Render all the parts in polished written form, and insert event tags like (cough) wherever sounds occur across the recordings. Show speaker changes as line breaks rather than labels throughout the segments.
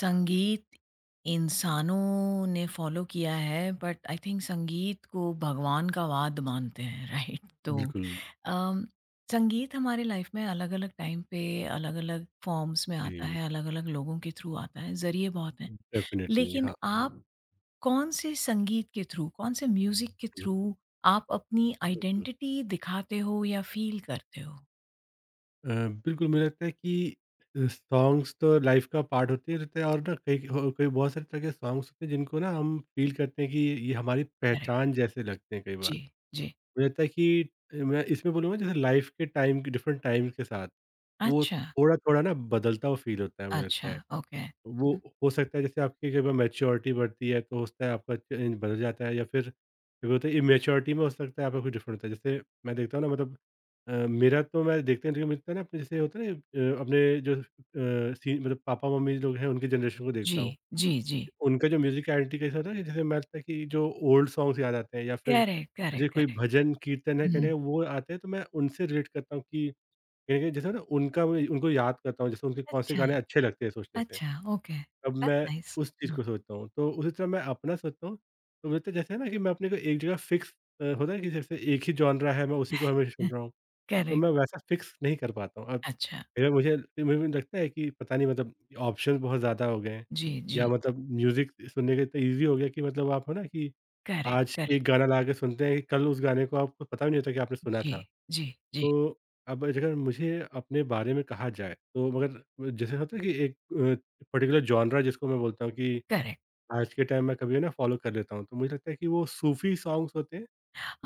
संगीत इंसानों ने फॉलो किया है बट आई थिंक संगीत को भगवान का वाद मानते हैं (laughs) राइट। तो
बिल्कुल,
अम, संगीत हमारे लाइफ में अलग अलग टाइम पे अलग अलग फॉर्म्स में आता
जी,
है, अलग अलग लोगों के थ्रू आता है, जरिए बहुत हैं।
डेफ़िनेटली
लेकिन
हाँ,
आप कौन से संगीत के थ्रू, कौन से म्यूजिक के
बिल्कुल,
थ्रू आप अपनी
बिल्कुल।
आइडेंटिटी दिखाते हो या फील करते हो?
अ, बिल्कुल, मुझे लगता है कि सॉन्ग्स तो लाइफ़ का पार्ट होते ही रहते हैं, और ना कई बहुत सारे तरह के सॉन्ग्स होते हैं जिनको ना हम फ़ील करते हैं कि ये हमारी
करेक्ट।
पहचान जैसे लगते हैं कई बार।
जी। जी।
मुझे लगता है कि मैं इसमें बोलूँगा, जैसे लाइफ़ के टाइम के डिफरेंट टाइम के साथ, वो
अच्छा।
थोड़ा-थोड़ा ना बदलता हुआ फ़ील होता है, मुझे लगता
अच्छा।
है।
ओके।
वो हो सकता है, जैसे आपकी कई बार मैच्योरिटी बढ़ती है तो हो सकता है आपका चेंज बदल जाता है, या फिर कभी होता है इमेच्योरिटी में हो सकता है आपका कुछ डिफरेंट होता है। जैसे मैं देखता हूँ ना, मतलब मेरा तो मैं देखते हैं, लेकिन मिलता है ना, अपने जैसे होता है ना, अपने जो अ, सी मतलब पापा मम्मी लोग हैं, उनके जनरेशन को देखता
जी।
हूँ,
जी। जी।
उनका जो म्यूजिक आइडेंटिटी कैसा होता है, कि जैसे मैं लगता है कि जो ओल्ड सॉन्ग्स याद आते हैं, या फिर
करेक्ट,
मुझे
करेक्ट,
कोई
करेक्ट।
भजन कीर्तन है कहने,
हुँ।
वो आते हैं, तो मैं उनसे रिलेट करता हूँ कि कहीं ना कहीं जैसे ना उनका उनको याद करता हूँ, जैसे उनके कौन से
अच्छा,
गाने अच्छे लगते हैं सोचने से।
अच्छा, ओके।
अब
दैट्स
मैं
नाइस।
उस चीज़
हुँ।
को सोचता हूँ, तो उसी तरह मैं अपना सोचता हूँ। तो मुझे लगता है जैसे है ना, कि मैं अपने को एक जगह फिक्स होता है कि जैसे एक ही जॉनरा है, मैं उसी को हमेशा सुन रहा हूँ, तो
करेक्ट।
मैं वैसा फिक्स नहीं कर पाता हूँ। अब
अच्छा।
फिर मुझे मुझे भी लगता है कि पता नहीं, मतलब ऑप्शंस बहुत ज़्यादा हो गए हैं,
जी,
या
जी।
मतलब म्यूज़िक सुनने का इतना ईज़ी हो गया कि मतलब आप हो ना कि
करेक्ट,
आज
करेक्ट।
एक गाना ला के सुनते हैं, कल उस गाने को आपको पता भी नहीं होता कि आपने सुना
जी,
था।
जी, जी।
तो अब अगर मुझे अपने बारे में कहा जाए, तो मगर जैसे होता है कि एक पर्टिकुलर जॉनरा जिसको मैं बोलता हूँ कि
करेक्ट।
आज के टाइम में कभी ना फॉलो कर लेता हूँ, तो मुझे लगता है कि वो सूफ़ी सॉन्ग्स होते हैं,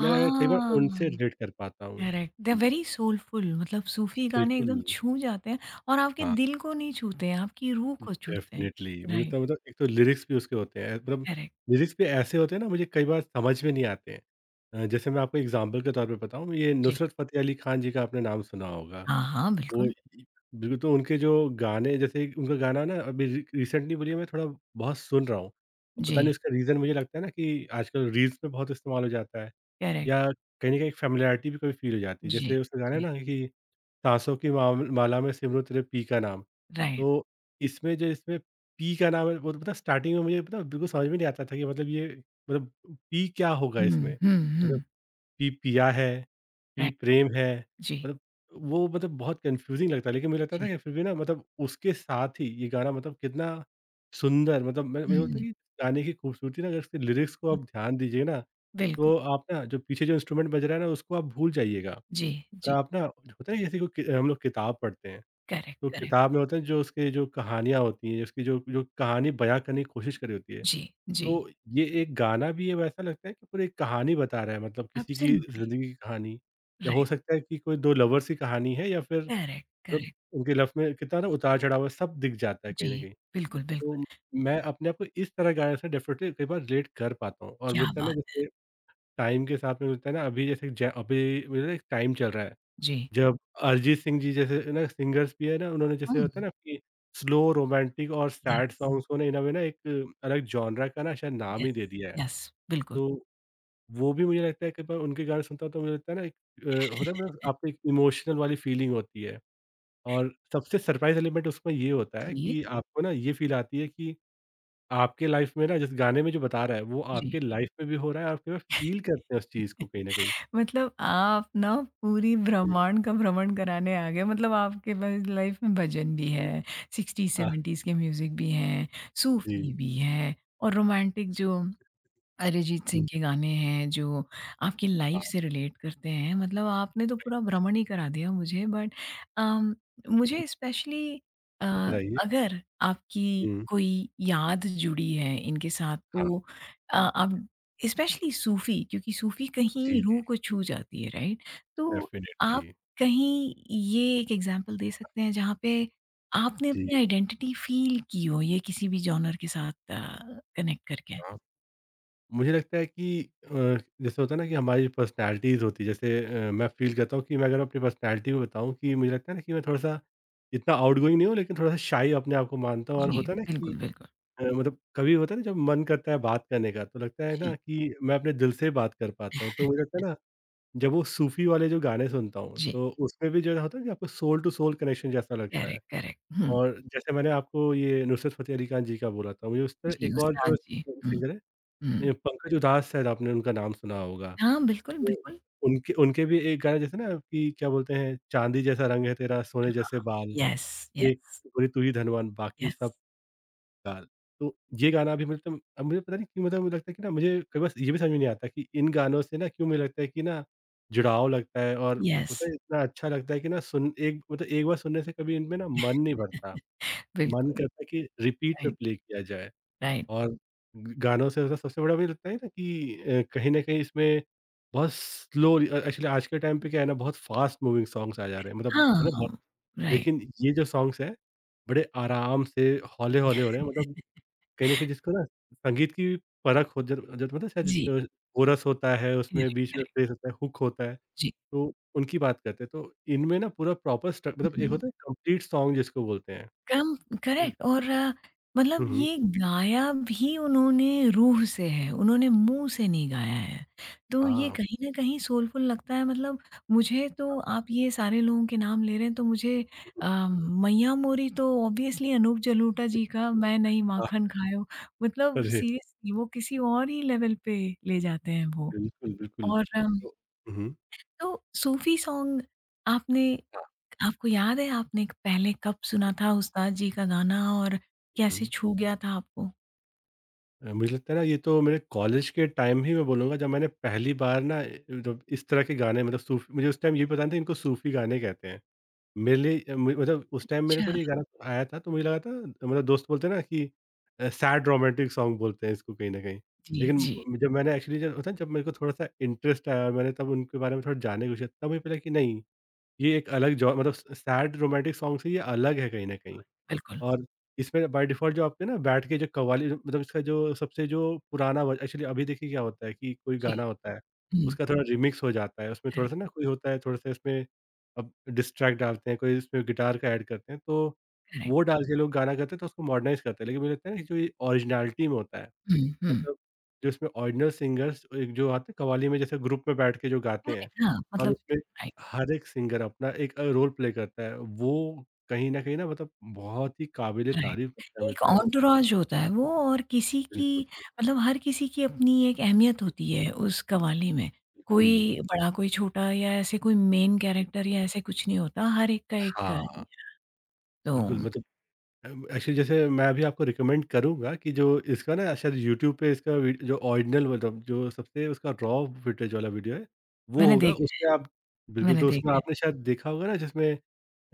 मैं कई बार उनसे रिलेट कर पाता हूँ।
करेक्ट। दे आर
जी,
वेरी सोलफुल, मतलब सूफ़ी गाने
बिल्कुल।
एकदम छू जाते हैं। और आपके
हाँ,
दिल को नहीं छूते हैं, आपकी रूह को छूते हैं।
डेफ़िनिटली। मुझे
राइट।
तो, मतलब एक तो लिरिक्स भी उसके होते हैं, मतलब
करेक्ट।
लिरिक्स भी ऐसे होते हैं ना, मुझे कई बार समझ में नहीं आते हैं। जैसे मैं आपको एग्ज़ाम्पल के तौर पे बताऊँ, ये
जी।
नुसरत फ़तेह अली खान जी का आपने नाम सुना होगा।
हाँ, हाँ,
वो
बिल्कुल।
इ बिल्कुल, तो उनके जो गाने, जैसे एक उनका गाना ना अभी रि रिसेंटली बोलिए, मैं थोड़ा बहुत सुन रहा हूँ। और पता नहीं
जी।
उसका रीज़न, मुझे लगता है ना कि आजकल रील्स में बहुत इस्तेमाल हो जाता है,
करेक्ट।
या कहीं न कहीं एक फ़ैमिलियरिटी भी कभी फ़ील हो जाती है।
जी,
जैसे उसका गाना है
जी।
ना कि साँसों की माव माला में सिमरूँ तेरे पी का नाम।
राइट।
तो इसमें जो इसमें पी का नाम है, वो तो पता है, स्टार्टिंग में मुझे पता है, बिल्कुल समझ में नहीं आता था कि मतलब ये, मतलब पी क्या होगा
हुँ,
इसमें?
हुँ,
मतलब
हुँ।
पी पिया है, पी
राइट।
प्रेम है,
जी,
मतलब वो मतलब बहुत कन्फ्यूज़िंग लगता है, लेकिन मुझे लगता था
जी।
कि फिर भी ना, मतलब उसके साथ ही ये गाना मतलब कितना सुंदर, मतलब मैं मुझे लगता है
हुँ।
कि गाने की खूबसूरती ना, अगर इसके लिरिक्स को
बिल्कुल,
आप ध्यान दीजिए ना,
बिल्कुल।
तो आप ना जो पीछे जो इंस्ट्रूमेंट बज रहा है ना, उसको आप भूल जाइएगा।
जी,
और
जी।
आप ना, होता है जैसे कोई हम लोग किताब पढ़ते हैं,
करेक्ट,
तो
करेक्ट।
किताब में होता है जो उसके जो कहानियाँ होती हैं, उसकी जो जो कहानी बयाँ करने की कोशिश करी होती है,
जी, जी।
तो ये एक गाना भी अब ऐसा लगता है कि पूरी एक कहानी बता रहा है, मतलब किसी की
एब्सोल्यूटली।
ज़िंदगी की कहानी, या हो
राइट।
सकता है कि कोई 2 लवर्स की कहानी है, या फिर
करेक्ट,
मतलब
करेक्ट।
उनके लव में कितना ना उतार-चढ़ाव है, सब दिख जाता है कहीं
जी,
न कहीं।
बिल्कुल,
तो
बिल्कुल।
मैं अपने आप को इस तरह गाने से डेफ़िनेटली कई बार रिलेट कर पाता हूँ, और
क्या
मिलता है ना,
बात!
जैसे टाइम के साथ में मिलता है ना, अभी जैसे ज अभी मुझे ना एक टाइम चल रहा है
जी।
जब अरिजीत सिंह जी जैसे ना सिंगर्स भी है ना, उन्होंने जैसे होता
हुँ।
है ना कि स्लो रोमांटिक और सैड
यस,
सॉन्ग्स को ना इन अ वे ना एक अलग जॉनरा का ना शायद नाम ही
यस,
दे दिया है।
यस, बिल्कुल।
तो वो भी मुझे लगता है, कई बार उनके गाने सुनता हूँ तो मुझे लगता है ना एक होता है ना,
(laughs)
आपको एक इमोशनल वाली फीलिंग होती है, और सबसे सरप्राइज एलिमेंट उसमें ये होता है
जी,
कि आपको ना ये फील आती है कि आपके लाइफ में ना, जिस गाने में जो बता रहा है, वो
जी।
आपके लाइफ में भी हो रहा है, और आप कई फील करते हैं उस चीज़ को
(laughs)
कहीं न कहीं।
मतलब आप ना पूरी
जी,
ब्रह्मांड का भ्रमण कराने आ गए। मतलब आपके पास लाइफ में भजन भी
जी।
है, 60s,
हाँ,
70s के म्यूज़िक भी हैं,
जी।
सूफ़ी भी है और रोमांटिक जो अरिजीत सिंह
हुँ,
के गाने हैं जो आपकी
हाँ,
लाइफ से रिलेट करते हैं। मतलब आपने तो पूरा भ्रमण ही करा दिया मुझे। बट अम, मुझे
(laughs)
स्पेशली
बताइए?
अगर आपकी
हुँ।
कोई याद जुड़ी है इनके साथ
हाँ,
तो आप स्पेशली सूफी, क्योंकि सूफी
जी,
कहीं
जी।
रूह को छू जाती है, राइट? तो
डेफ़िनिटली।
आप कहीं ये एक एग्जांपल दे सकते हैं जहाँ पे आपने अपनी
जी,
आइडेंटिटी फील की हो, ये किसी भी जॉनर के साथ कनेक्ट करके?
हाँ। मुझे लगता है कि अ, जैसे होता है ना कि हमारी पर्सनैलिटीज़ होती है, जैसे मैं फ़ील करता हूँ कि मैं अगर अपनी पर्सनैलिटी को बताऊँ, कि मुझे लगता है ना कि मैं थोड़ा-सा इतना आउटगोइंग नहीं हूँ, लेकिन थोड़ा-सा शाई अपने आप को मानता हूँ, और
जी,
होता है ना कि
बिल्कुल, बिल्कुल।
मतलब कभी होता है ना, जब मन करता है बात करने का, तो लगता है ना
जी।
कि मैं अपने दिल से बात कर पाता हूँ। तो मुझे
(laughs)
लगता है ना, जब वो सूफ़ी वाले जो गाने सुनता हूँ,
जी,
तो उसमें भी जो होता है कि आपको सोल टू सोल कनेक्शन जैसा लगता है।
Correct, correct. हुँ,
और जैसे मैंने आपको ये नुसरत फ़तेह अली खान जी का बोला था, मुझे उस पर
जी,
एक और जो
उस्ताद जी। हुँ,
सिंगर है,
हुँ।
ये पंकज उधास, शायद आपने उनका नाम सुना होगा।
हाँ, बिल्कुल,
तो
बिल्कुल।
उनके उनके भी एक गाना, जैसे ना, कि क्या बोलते हैं, चाँदी जैसा रंग है तेरा, सोने जैसे बाल,
यस,
एक
यस,
टुकड़ी तू ही धनवान, बाकी
यस,
सब गाल। तो ये गाना भी, मतलब अब मुझे पता नहीं क्यों, मतलब मुझे लगता है कि ना, मुझे कई बार ये भी समझ में नहीं आता कि इन गानों से ना क्यों मुझे लगता है कि ना जुड़ाव लगता है, और
यस।
मतलब इतना अच्छा लगता है कि ना सुन एक मतलब एक बार सुनने से कभी इनमें ना मन नहीं भरता।
(laughs)
मन
बिल्कुल,
करता है कि रिपीट पे
राइट,
प्ले किया जाए।
राइट।
और ग गानों से ज़्यादा सबसे बड़ा, मुझे लगता है ना कि कहीं न कहीं इसमें बहुत स्लो एक्चुअली आज के टाइम पे क्या है ना, बहुत फ़ास्ट मूविंग सॉन्ग्स आ जा रहे हैं, मतलब है ना
हाँ,
बहुत,
राइट।
लेकिन ये जो सॉन्ग्स हैं, बड़े आराम से हौले-हौले हो रहे हैं। मतलब कहीं न कहीं जिसको ना संगीत की परख हो, जब जब मतलब शायद
जी,
कोरस होता है, उसमें बीच
करेक्ट,
में फ्रेज़ होता है, हुक होता है,
जी।
तो उनकी बात करते हैं। तो इनमें ना पूरा प्रॉपर स्ट्र मतलब एक
हुँ।
होता है कंप्लीट सॉन्ग जिसको बोलते हैं।
कम
हुँ।
करेक्ट। और मतलब
हुँ, हुँ।
ये हुँ। गाया भी उन्होंने रूह से है, उन्होंने मुँह से नहीं गाया है। तो ये कहीं
(laughs)
न कहीं सोलफुल लगता है। मतलब मुझे तो आप ये सारे लोगों के नाम ले रहे हैं, तो मुझे मैया मोरी तो ऑब्वियसली अनूप जलोटा जी का, मैं नहीं माखन
हाँ।
खायो, मतलब
अरे!
सीरियसली वो किसी और ही लेवल पे ले जाते हैं वो।
बिल्कुल, बिल्कुल।
और
तो उहुँ।
तो सूफ़ी सॉन्ग आपने,
हाँ,
आपको याद है आपने क पहले कब
जी।
सुना था उस्ताद जी का गाना, और
हुँ।
कैसे छू गया था आपको?
मुझे लगता है ना, ये तो मेरे कॉलेज के टाइम ही मैं बोलूँगा, जब मैंने पहली बार ना जब इस तरह के गाने, मतलब सूफ़ी, मुझे उस टाइम ये भी पता नहीं था इनको सूफ़ी गाने कहते हैं। मेरे लिए अ, म मतलब उस टाइम मेरे को
अच्छा,
ना ये गाना आया था, तो मुझे लगा था, मतलब दोस्त बोलते हैं ना कि सैड रोमांटिक सॉन्ग बोलते हैं इसको कहीं न कहीं।
जी,
लेकिन
जी,
जब मैंने एक्चुअली, जब होता है, जब मेरे को थोड़ा-सा इंटरेस्ट आया और मैंने तब उनके बारे में थोड़ा जानने की कोशिश की, तब मुझे पता कि नहीं, ये एक अलग जॉ मतलब स सैड रोमांटिक सॉन्ग से ये अलग है कहीं न कहीं।
बिल्कुल,
और इसमें बाय डिफ़ॉल्ट जो आपके ना बैठ के जो कव्वाली, मतलब इसका जो सबसे जो पुराना वर्ज़न, एक्चुअली अभी देखिए क्या होता है कि कोई
जी,
गाना होता है,
हुँ,
उसका थोड़ा रिमिक्स हो जाता है, उसमें
करेक्ट,
थोड़ा-सा ना कोई होता है, थोड़ा-सा इसमें अब डिस्ट्रैक्ट डालते हैं, कोई इसमें गिटार का ऐड करते हैं, तो
करेक्ट,
वो डाल के लोग गाना करते हैं, तो उसको मॉडर्नाइज़ करते हैं। लेकिन मुझे लगता है ना कि जो ये ओरिजिनैलिटी में होता है,
हुँ, हुँ।
मतलब जो इसमें ओरिजिनल सिंगर्स एक जो आते हैं कव्वाली में, जैसे ग्रुप में बैठ के जो गाते हैं,
करेक्ट, हाँ,
और
मतलब
उसमें
राइट,
हर एक सिंगर अपना एक रोल प्ले करता है। वो कहीं न कहीं ना, मतलब बहुत ही काबिल
राइट।
तारीफ़ लगता है
एक
मिलता है।
एंटोurage होता है, वो और किसी की,
बिल्कुल,
मतलब हर किसी की अपनी एक अहमियत होती है उस कव्वाली में।
बिल्कुल।
कोई बड़ा, कोई छोटा, या ऐसे कोई मेन कैरेक्टर या ऐसे कुछ नहीं होता, हर एक का एक।
हाँ,
तो
बिल्कुल, मतलब एक्चुअली जैसे मैं भी आपको रिकमेंड करूँगा कि जो इसका ना शायद यूट्यूब पे इसका वी जो ओरिजिनल, मतलब जो सबसे उसका रॉ फुटेज वाला वीडियो है, वो
मैंने
होगा
देखा
उसमें आप
है
बिल्कुल,
मैंने
तो उसमें
देखा है।
आपने शायद देखा होगा ना, जिसमें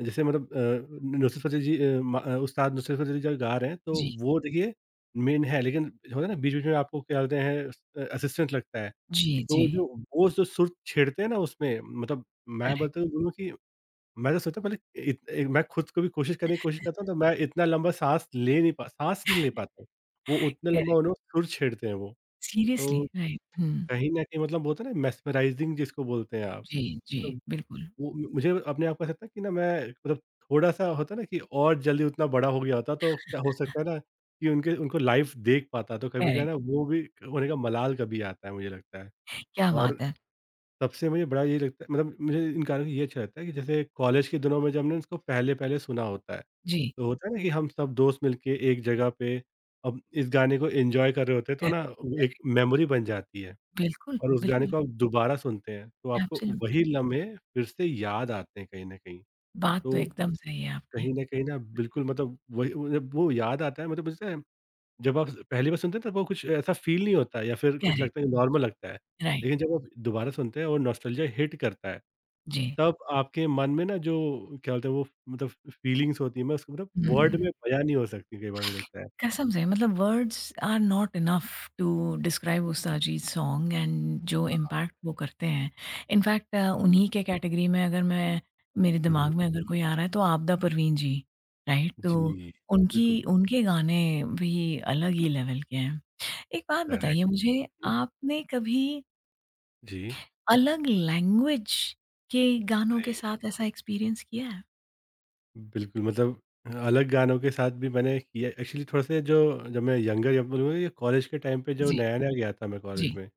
जैसे मतलब नुसरत फ़तेह जी उस्ताद नुसरत फ़तेह जी जब गा रहे हैं, तो
जी,
वो देखिए मेन है, लेकिन होता है ना बीच-बीच में, आपको क्या बोलते हैं, असिस्टेंट लगता है।
जी, जी,
तो जो वो जो सुर छेड़ते हैं ना उसमें मतलब मैं
करेक्ट,
बोलता हूँ बोलूँ कि मैं तो सोचता हूँ पहले मैं खुद को भी कोशिश करने की कोशिश करता हूँ, तो मैं इतना लंबा साँस नहीं ले पाता हूँ। वो उतना लंबा
करेक्ट।
उन्हों सुर छेड़ते हैं वो।
सीरियसली!
तो
राइट, हुँ।
कहीं न कहीं मतलब बोलते हैं ना, मेस्मराइज़िंग जिसको बोलते हैं आप।
जी, जी, बिल्कुल,
वो म मुझे अपने आप को ऐसा लगता है कि ना मैं मतलब थोड़ा-सा होता है ना कि और जल्दी उतना बड़ा हो गया होता तो क्या हो सकता है ना, कि उनके उनको लाइव देख पाता तो कभी, क्या है
करेक्ट,
ना, वो भी होने का मलाल कभी आता है, मुझे लगता है।
क्या
और
बात है!
सबसे मुझे बड़ा ये लगता है, मतलब मुझे इन गानों में ये अच्छा लगता है कि जैसे कॉलेज के दिनों में जब हमने इसको पहले-पहले सुना होता है।
जी,
तो होता है ना कि हम सब दोस्त मिलके एक जगह पे अब इस गाने को एन्जॉय कर रहे होते हैं, तो
करेक्ट,
ना वो एक
करेक्ट,
मेमोरी बन जाती है।
बिल्कुल,
और उस गाने
बिल्कुल,
को आप दोबारा सुनते हैं, तो आपको
एब्सोल्युटली,
वही लम्हे फिर से याद आते हैं, कहीं न कहीं।
बात तो
तो
एकदम सही है आपकी,
कहीं न कहीं ना, बिल्कुल मतलब वही वो, जब वो याद आता है, मतलब मुझे लगता है जब आप पहली बार सुनते हैं तब वो कुछ ऐसा फ़ील नहीं होता है, या फिर कुछ
करेक्ट,
लगता है, नॉर्मल लगता है।
राइट,
लेकिन जब आप दोबारा सुनते हैं और नॉस्टैल्जिया हिट करता है,
जी,
तब आपके मन में ना, जो क्या बोलते हैं वो, मतलब फ़ीलिंग्स होती है, मैं उसको मतलब वर्ड
हुँ।
में बयाँ नहीं हो सकती कई बार, मुझे लगता है।
कसम से, मतलब words are not enough to describe उस
बिल्कुल।
अरिजीत सॉन्ग एंड जो
हाँ,
इम्पैक्ट वो करते हैं। इनफैक्ट
बिल्कुल।
उन्हीं के कैटेगरी में अगर मैं, मेरे
हुँ, हुँ।
दिमाग में अगर कोई आ रहा है तो आबदा परवीन जी। राइट, तो
जी,
उनकी,
बिल्कुल,
उनके गाने भी अलग ही लेवल के हैं। एक बात
करेक्ट।
बताइए मुझे,
हुँ,
आपने कभी
जी।
अलग लैंग्वेज के गानों के साथ ऐसा एक्सपीरियंस किया है?
बिल्कुल, मतलब अलग गानों के साथ भी मैंने किया एक्चुअली, थोड़ा-सा जो, जब मैं यंगर या कॉलेज के टाइम पे जो
जी।
नया-नया गया था मैं कॉलेज
जी।
में,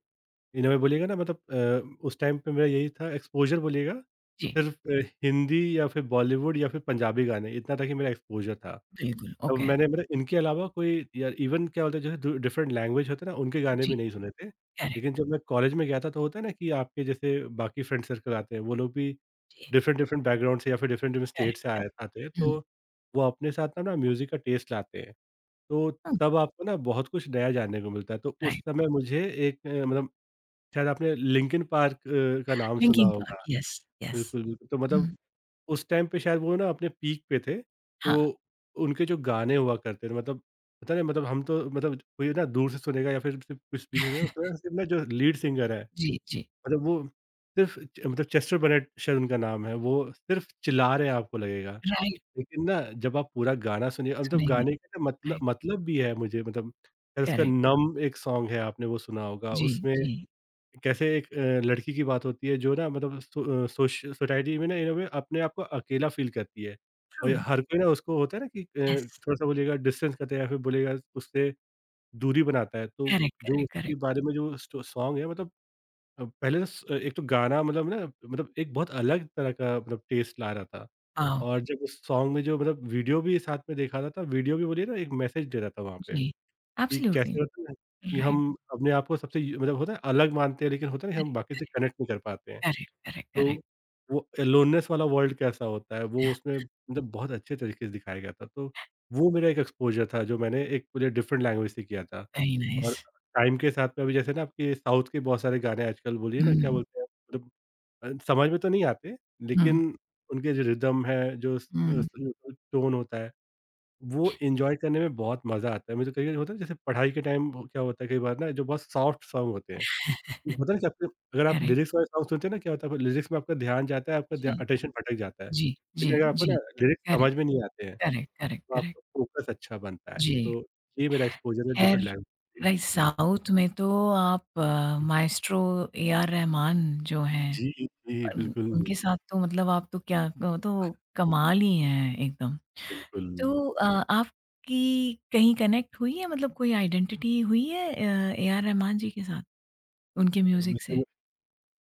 इन्होंने बोलिएगा ना मतलब, उस टाइम पे मेरा यही था एक्सपोज़र बोलिएगा,
जी।
सिर्फ़ हिंदी या फिर बॉलीवुड या फिर पंजाबी गाने, इतना था कि मेरा एक्सपोज़र था।
बिल्कुल
तब
ओके।
मैंने मतलब इनके अलावा कोई, या इवन क्या बोलते हैं जो डिफरेंट लैंग्वेज होते हैं ना, उनके गाने
जी।
भी नहीं सुने थे।
करेक्ट।
लेकिन जब मैं कॉलेज में गया था, तो होता है ना कि आपके जैसे बाकी फ्रेंड सर्कल आते हैं, वो लोग भी
जी।
डिफरेंट डिफरेंट बैकग्राउंड से या फिर डिफरेंट डिफरेंट स्टेट से
करेक्ट।
आए आते हैं, तो
करेक्ट।
वो अपने साथ ना ना म्यूज़िक का टेस्ट लाते हैं। तो तब आपको ना बहुत कुछ नया जानने को मिलता है। तो उस
राइट,
समय मुझे एक मतलब, शायद आपने लिंकिन पार्क का नाम सुना
लिंकिंग पार्क,
होगा।
Yes, yes.
बिल्कुल, बिल्कुल। तो
हुँ,
मतलब उस टाइम पे शायद वो ना अपने पीक पे थे।
हाँ,
तो उनके जो गाने हुआ करते थे, मतलब पता नहीं, मतलब हम तो मतलब कोई ना दूर से सुनेगा, या फिर सिर्फ़ कुछ भी जो है उसका, सिर्फ़ ना जो लीड सिंगर है
जी, जी,
मतलब वो, सिर्फ़ च मतलब चेस्टर बनेट शायद उनका नाम है, वो सिर्फ़ चिल्ला रहे हैं आपको लगेगा।
राइट,
लेकिन ना जब आप पूरा गाना सुनिए, और मतलब
सुनेंगे,
गाने का ना मतलब
राइट,
मतलब भी है मुझे, मतलब शायद उसका
करेक्ट,
नम एक सॉन्ग है, आपने वो सुना होगा,
जी,
उसमें
जी,
कैसे एक लड़की की बात होती है, जो ना मतलब सो अ, सोश सोसाइटी में ना इन अ वे अपने आप को अकेला फ़ील करती है। और
ट्रू,
ये हर कोई ना उसको होता है ना कि
यस,
थोड़ा-सा बोलिएगा डिस्टेंस करता है, या फिर बोलिएगा उससे दूरी बनाता है। तो
करेक्ट,
जो
करेक्ट,
उसके
करेक्ट,
बारे में जो स्टो सॉन्ग है मतलब, पहले तो स एक तो गाना मतलब ना, मतलब एक बहुत अलग तरह का मतलब टेस्ट ला रहा था।
वाओ!
और जब उस सॉन्ग में जो मतलब वीडियो भी साथ में देखा रहा था, तो वीडियो भी बोलिए ना एक मैसेज दे रहा था वहाँ पे,
जी,
कि
एब्सोल्युटली,
कैसे होता है ना कि
राइट,
हम अपने आप को सबसे मतलब होता है अलग मानते हैं, लेकिन होता है ना कि हम
करेक्ट,
बाकी से कनेक्ट नहीं कर पाते हैं।
करेक्ट, करेक्ट,
तो
करेक्ट,
वो लोननेस वाला वर्ल्ड कैसा होता है,
या
वो उसमें मतलब बहुत अच्छे तरीके से दिखाया गया था। तो वो मेरा एक एक्सपोज़र था, जो मैंने एक मुझे डिफरेंट लैंग्वेज से किया था।
वेरी नाइस,
और टाइम के साथ में अभी जैसे ना आपके साउथ के बहुत सारे गाने आजकल, बोलिए ना क्या
हुँ,
बोलते हैं मतलब, समझ में तो नहीं आते,
हुँ,
लेकिन उनके जो रिदम है, जो
हुँ,
टोन होता है, वो एन्जॉय करने में बहुत मज़ा आता है। मुझे कई बार होता है, जैसे पढ़ाई के टाइम क्या होता है, कई बार ना जो बहुत सॉफ्ट सॉन्ग होते हैं, होता है ना कि आपके, अगर आप
करेक्ट,
लिरिक्स वाले सॉन्ग सुनते हैं ना, क्या होता है लिरिक्स में आपका ध्यान जाता है, आपका ध्या
जी,
अटेंशन भटक जाता है।
जी, जी,
लेकिन अगर आपको ना
जी,
लिरिक्स
करेक्ट,
समझ में नहीं आते हैं,
करेक्ट, करेक्ट,
तो
करेक्ट,
आपका फ़ोकस अच्छा बनता है।
जी।
तो ये मेरा एक्सपोज़र है
खैर,
डिफरेंट लैंग्वेज के लिए।
राइट,
जी।
साउथ में तो आप माएस्ट्रो ए आर रहमान जो हैं,
जी, जी,
उन
बिल्कुल,
उनके साथ तो मतलब आप तो, क्या वो तो कमाल ही हैं एकदम।
बिल्कुल।
तो आपकी कहीं कनेक्ट हुई है, मतलब कोई आइडेंटिटी हुई है ए आर रहमान जी के साथ, उनके म्यूज़िक
वैसे
से?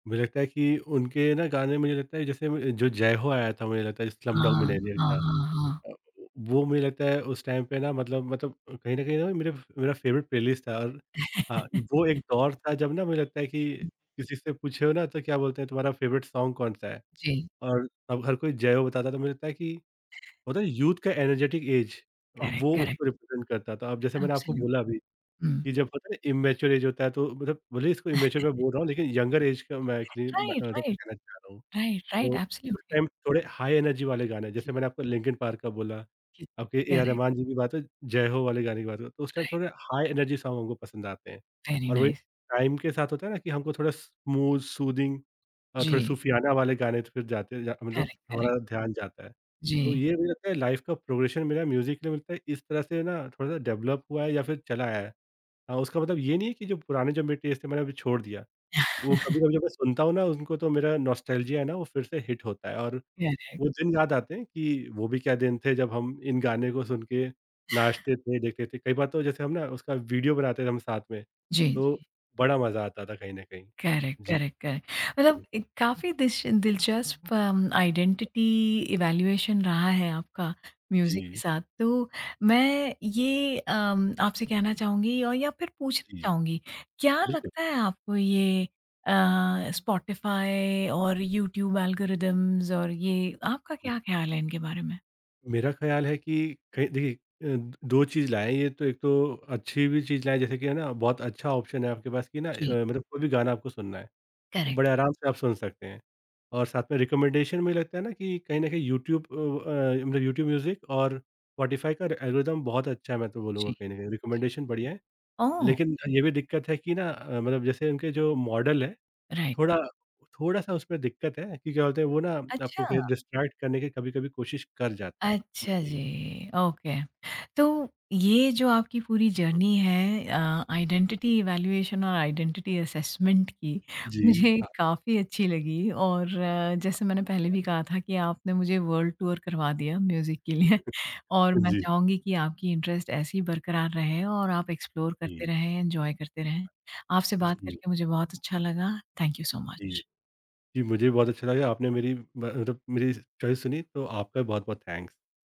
मुझे लगता है कि उनके ना गाने, मुझे लगता है जैसे जो ज़ैहो आया था, मुझे लगता है स्लमडॉग
हाँ,
मिलियनेयर
हाँ,
का।
हाँ, हाँ।
अ, वो मुझे लगता है उस टाइम पे ना, मतलब कहीं न कहीं ना मेरे मेरा फ़ेवरेट प्लेलिस्ट था, और हाँ, वो
(laughs)
एक दौर था जब ना मुझे लगता है कि किसी से पूछे हो ना तो क्या बोलते हैं, तुम्हारा फ़ेवरेट सॉन्ग कौन-सा है?
जी,
और अब हर कोई जय हो बताता, तो मुझे लगता है कि होता है यूथ का एनर्जेटिक एज,
करेक्ट,
वो
करेक्ट,
उसको रिप्रेज़ेंट करता था। अब जैसे मैंने आपको
एब्सोल्यूट
बोला अभी,
हुँ।
कि जब होता है ना इम्मैच्योर एज होता है, तो मतलब भले ही इसको इम्मैच्योर मैं बोल रहा हूँ, लेकिन यंगर एज का मैं एक्चुअली मैं
राइट,
मतलब
राइट,
कहना चाह रहा हूँ।
राइट,
तो
राइट,
उस
एब्सोल्यूटली।
टाइम थोड़े हाई एनर्जी वाले गाने, जैसे
जी,
मैंने आपको लिंकिन पार्क का बोला,
जी,
आपके A R
correct,
Rahman ji की बात हो, जय हो वाले गाने की बात हो, तो उस टाइम
राइट,
थोड़े हाई एनर्जी सॉन्ग हमको पसंद आते हैं।
वेरी
और वही,
नाइस।
टाइम के साथ होता है ना कि हमको थोड़ा स्मूथ, सूदिंग और थोड़े
जी,
सूफियाना वाले गाने, तो फिर जाते जा मतलब
करेक्ट, करेक्ट,
हमारा ध्यान जाता है। तो
जी,
ये मुझे लगता है लाइफ़ का प्रोग्रेशन मेरा म्यूज़िक के लिए मिलता है, इस तरह से ना थोड़ा-सा डेवलप हुआ है या फिर चला आया है। हाँ, उसका मतलब ये नहीं है कि जो पुराने जो मेरे टेस्ट थे मैंने अभी छोड़ दिया। वो कभी-कभी जब मैं सुनता हूँ ना उनको, तो मेरा नॉस्टैल्जिया है ना, वो फिर से हिट होता है, और
करेक्ट,
वो दिन याद आते हैं कि वो भी क्या दिन थे, जब हम इन गाने को सुन के नाचते थे, देखते थे। कई बार तो जैसे हम ना उसका वीडियो बनाते थे हम साथ में,
जी।
तो बड़ा मज़ा आता था, कहीं न कहीं।
करेक्ट,
जी।
Correct, correct. मतलब ए काफ़ी दिश दिलचस्प आइडेंटिटी इवैल्यूएशन रहा है आपका म्यूज़िक के
जी,
साथ। तो मैं ये आपसे कहना चाहूँगी, और या फिर पूछना
जी।
चाहूँगी, क्या
बिल्कुल।
लगता है आपको ये स्पॉटिफ़ाई और यूट्यूब एल्गोरिदम्स, और ये आपका क्या ख़्याल है इनके बारे में?
मेरा ख़्याल है कि कहीं देखिए, 2 चीज़ लाएँ ये, तो एक तो अच्छी भी चीज़ लाएँ, जैसे कि है ना बहुत अच्छा ऑप्शन है आपके पास कि ना
जी।
मतलब कोई भी गाना आपको सुनना है,
करेक्ट।
बड़े आराम से आप सुन सकते हैं। और साथ में रिकमेंडेशन में लगता है ना कि कहीं न कहीं यूट्यूब, मतलब यूट्यूब म्यूज़िक और स्पॉटिफ़ाई का एल्गोरिदम बहुत अच्छा है, मैं तो बोलूँगा
जी।
कहीं न कहीं, रिकमेंडेशन बढ़िया है।
ओह!
लेकिन ये भी दिक्कत है कि ना, मतलब जैसे उनके जो मॉडल है,
राइट,
थोड़ा थोड़ा-सा उसमें दिक्कत है, कि क्या बोलते हैं वो ना, आपको
अच्छा।
कहीं डिस्ट्रैक्ट करने की कभी-कभी कोशिश कर जाता है।
अच्छा
जी।
जी, ओके। तो ये जो आपकी पूरी जर्नी है आइडेंटिटी इवैल्यूएशन और आइडेंटिटी असेसमेंट की,
जी।
मुझे
हाँ।
काफ़ी अच्छी लगी। और जैसे मैंने पहले भी कहा था कि आपने मुझे वर्ल्ड टूर करवा दिया म्यूज़िक के लिए। (laughs) और मैं
जी।
चाहूँगी कि आपकी इंटरेस्ट ऐसे ही बरकरार रहे, और आप एक्सप्लोर
जी।
करते रहें, एन्जॉय करते रहें। आपसे बात
जी,
करके मुझे बहुत अच्छा लगा। थैंक यू सो
जी।
मच।
जी, मुझे भी बहुत अच्छा लगा, आपने मेरी ब मतलब मेरी चॉइस सुनी, तो आपका बहुत-बहुत थैंक्स।